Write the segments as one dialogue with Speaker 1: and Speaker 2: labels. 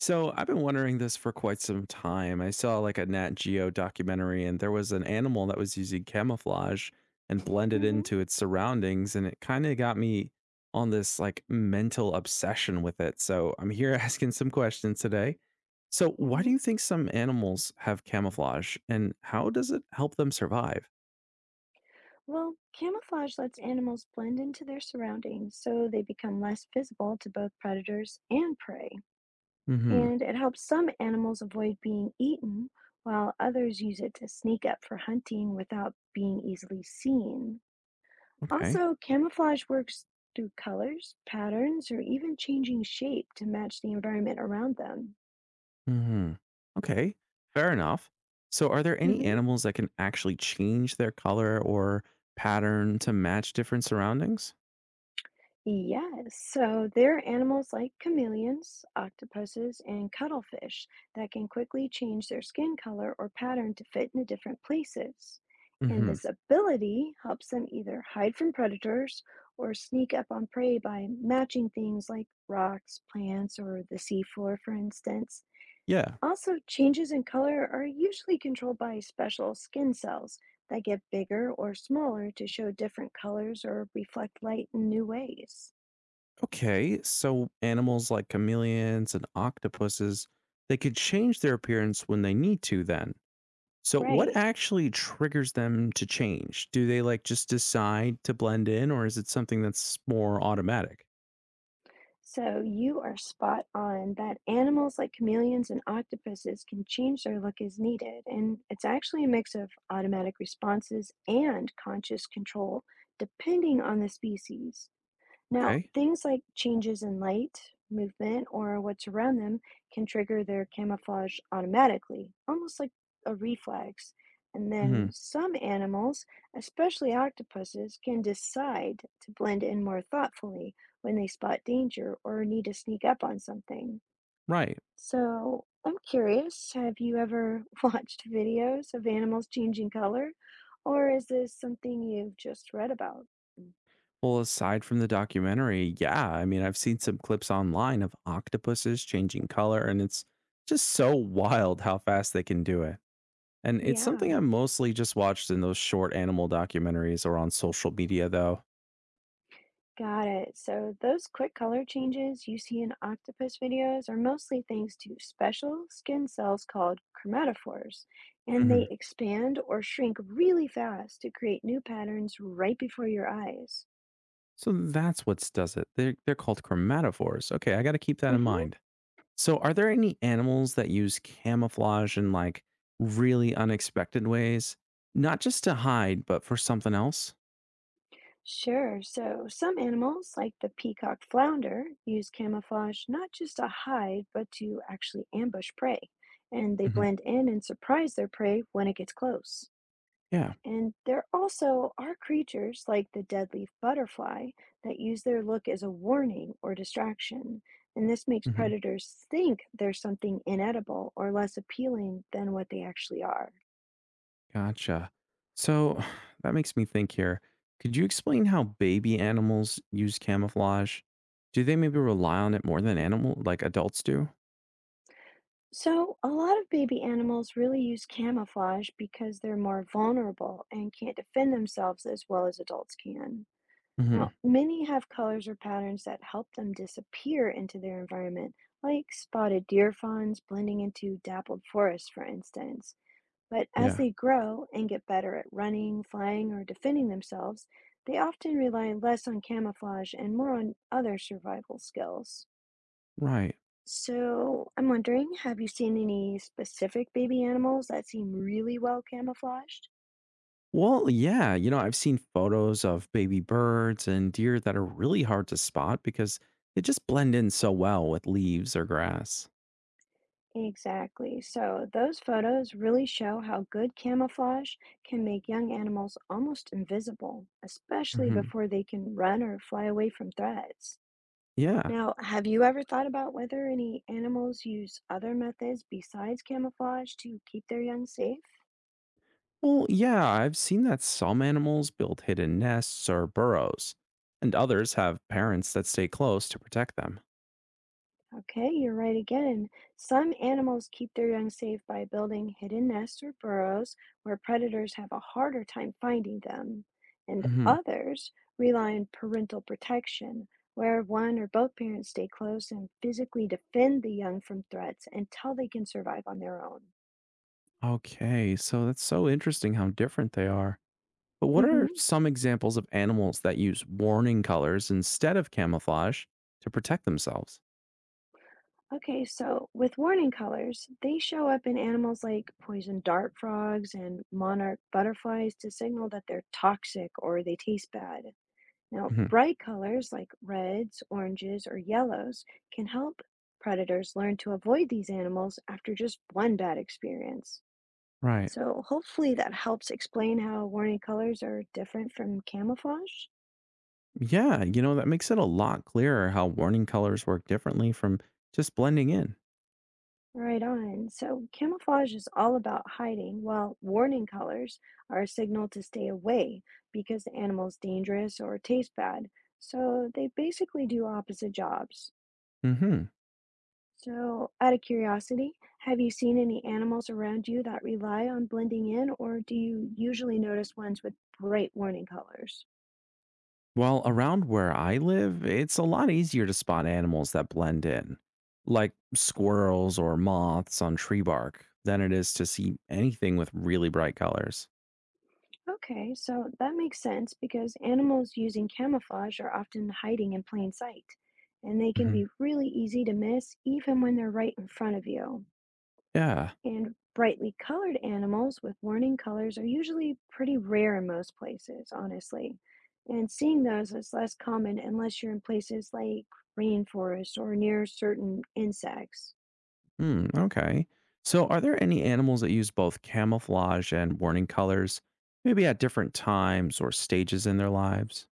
Speaker 1: So I've been wondering this for quite some time. I saw, like, a Nat Geo documentary and there was an animal that was using camouflage and blended
Speaker 2: Mhm,
Speaker 1: into its surroundings, and it kind of got me on this, like, mental obsession with it. So I'm here asking some questions today. So why
Speaker 2: mhm.
Speaker 1: do you think some animals have camouflage, and how does it help them survive?
Speaker 2: Well, camouflage lets animals blend into their surroundings so they become less visible to both predators and prey.
Speaker 1: Mhm.
Speaker 2: And it helps some animals avoid being eaten, while others use it to sneak up for hunting without being easily seen.
Speaker 1: Okay.
Speaker 2: Also, camouflage works through colors, patterns, or even changing shape to match the environment around them.
Speaker 1: Mhm. Okay, fair enough. So, are there any
Speaker 2: Mhm.
Speaker 1: animals that can actually change their color or pattern to match different surroundings?
Speaker 2: Yes, so there are animals like chameleons, octopuses, and cuttlefish that can quickly change their skin color or pattern to fit into different places. And
Speaker 1: Hmm.
Speaker 2: this ability helps them either hide from predators or sneak up on prey by matching things like rocks, plants, or the seafloor, for instance.
Speaker 1: Yeah.
Speaker 2: Also, changes in color are usually controlled by special skin cells that get bigger or smaller to show different colors or reflect light in new ways.
Speaker 1: Okay, so animals like chameleons and octopuses, they could change their appearance when they need to then. So, what
Speaker 2: Right.
Speaker 1: actually triggers them to change? Do they, like, just decide to blend in, or is it something that's more automatic?
Speaker 2: So you are spot on that animals like chameleons and octopuses can change their look as needed. And it's actually a mix of automatic responses and conscious control, depending on the species. Now,
Speaker 1: Okay.
Speaker 2: things like changes in light, movement, or what's around them can trigger their camouflage automatically, almost like a reflex. And
Speaker 1: Hmm.
Speaker 2: then some animals, especially octopuses, can decide to blend in more thoughtfully when they spot danger or need to sneak up on something.
Speaker 1: Right.
Speaker 2: So, I'm curious, have you ever watched videos of animals changing color? Or is this something you've just read about?
Speaker 1: Well, aside from the documentary, yeah, I mean, I've seen some clips online of octopuses changing color, and it's just so wild how fast they can do it. And it's something
Speaker 2: Yeah.
Speaker 1: I mostly just watched in those short animal documentaries or on social media, though.
Speaker 2: Got it. So those quick color changes you see in octopus videos are mostly thanks to special skin cells called chromatophores, and they
Speaker 1: Mhm.
Speaker 2: expand or shrink really fast to create new patterns right before your eyes.
Speaker 1: So that's what does it. They're called chromatophores. Okay, I got to keep that in
Speaker 2: Hmm.
Speaker 1: mind. So, are there any animals that use camouflage in, like, really unexpected ways? Not just to hide, but for something else?
Speaker 2: Sure, so some animals, like the peacock flounder, use camouflage not just to hide, but to actually ambush prey, and they
Speaker 1: Hmm.
Speaker 2: blend in and surprise their prey when it gets close.
Speaker 1: Yeah.
Speaker 2: And there also are creatures like the deadleaf butterfly that use their look as a warning or distraction. And this makes
Speaker 1: Mhm.
Speaker 2: predators think there's something inedible or less appealing than what they actually are.
Speaker 1: Gotcha. So that makes me think here. Could you explain how baby animals use camouflage? Do they maybe rely on it more than animal like adults do?
Speaker 2: So, a lot of baby animals really use camouflage because they're more vulnerable and can't defend themselves as well as adults can.
Speaker 1: Hmm.
Speaker 2: Now, many have colors or patterns that help them disappear into their environment, like spotted deer fawns blending into dappled forests, for instance. But as
Speaker 1: Yeah.
Speaker 2: they grow and get better at running, flying, or defending themselves, they often rely less on camouflage and more on other survival skills.
Speaker 1: Right.
Speaker 2: So, I'm wondering, have you seen any specific baby animals that seem really well camouflaged?
Speaker 1: Well, yeah, I've seen photos of baby birds and deer that are really hard to spot because they just blend in so well with leaves or grass.
Speaker 2: Exactly. So those photos really show how good camouflage can make young animals almost invisible, especially
Speaker 1: Hmm.
Speaker 2: before they can run or fly away from threats.
Speaker 1: Yeah.
Speaker 2: Now, have you ever thought about whether any animals use other methods besides camouflage to keep their young safe?
Speaker 1: Well, yeah, I've seen that some animals build hidden nests or burrows, and others have parents that stay close to protect them.
Speaker 2: Okay, you're right again. Some animals keep their young safe by building hidden nests or burrows where predators have a harder time finding them, and
Speaker 1: Hmm.
Speaker 2: others rely on parental protection, where one or both parents stay close and physically defend the young from threats until they can survive on their own.
Speaker 1: Okay, so that's so interesting how different they are. But what
Speaker 2: Hmm.
Speaker 1: are some examples of animals that use warning colors instead of camouflage to protect themselves?
Speaker 2: Okay, so with warning colors, they show up in animals like poison dart frogs and monarch butterflies to signal that they're toxic or they taste bad. Now,
Speaker 1: Hmm.
Speaker 2: bright colors like reds, oranges, or yellows can help predators learn to avoid these animals after just one bad experience.
Speaker 1: Right.
Speaker 2: So, hopefully, that helps explain how warning colors are different from camouflage.
Speaker 1: Yeah, that makes it a lot clearer how warning colors work differently from just blending in.
Speaker 2: Right on. So, camouflage is all about hiding, while warning colors are a signal to stay away because the animal's dangerous or tastes bad. So, they basically do opposite jobs.
Speaker 1: Hmm.
Speaker 2: So, out of curiosity, have you seen any animals around you that rely on blending in, or do you usually notice ones with bright warning colors?
Speaker 1: Well, around where I live, it's a lot easier to spot animals that blend in, like squirrels or moths on tree bark, than it is to see anything with really bright colors.
Speaker 2: Okay, so that makes sense because animals using camouflage are often hiding in plain sight, and they can
Speaker 1: Hmm.
Speaker 2: be really easy to miss even when they're right in front of you.
Speaker 1: Yeah.
Speaker 2: And brightly colored animals with warning colors are usually pretty rare in most places, honestly. And seeing those is less common unless you're in places like rainforests or near certain insects.
Speaker 1: Hmm, okay. So, are there any animals that use both camouflage and warning colors, maybe at different times or stages in their lives?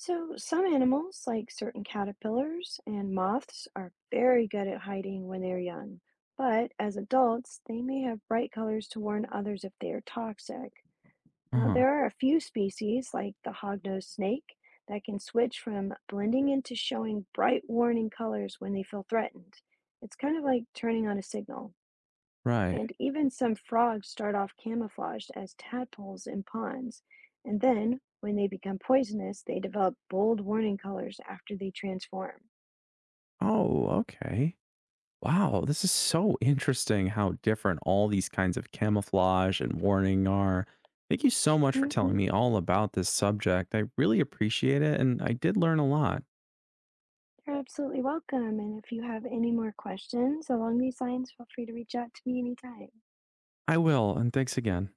Speaker 2: So, some animals, like certain caterpillars and moths, are very good at hiding when they're young. But as adults, they may have bright colors to warn others if they are toxic.
Speaker 1: Uh
Speaker 2: Now,
Speaker 1: huh.
Speaker 2: there are a few species, like the hognose snake, that can switch from blending into showing bright warning colors when they feel threatened. It's kind of like turning on a signal.
Speaker 1: Right.
Speaker 2: And even some frogs start off camouflaged as tadpoles in ponds. And then, when they become poisonous, they develop bold warning colors after they transform.
Speaker 1: Oh, okay. Wow, this is so interesting how different all these kinds of camouflage and warning are. Thank you so much for telling
Speaker 2: Hmm.
Speaker 1: me all about this subject. I really appreciate it, and I did learn a lot.
Speaker 2: You're absolutely welcome. And if you have any more questions along these lines, feel free to reach out to me anytime.
Speaker 1: I will, and thanks again.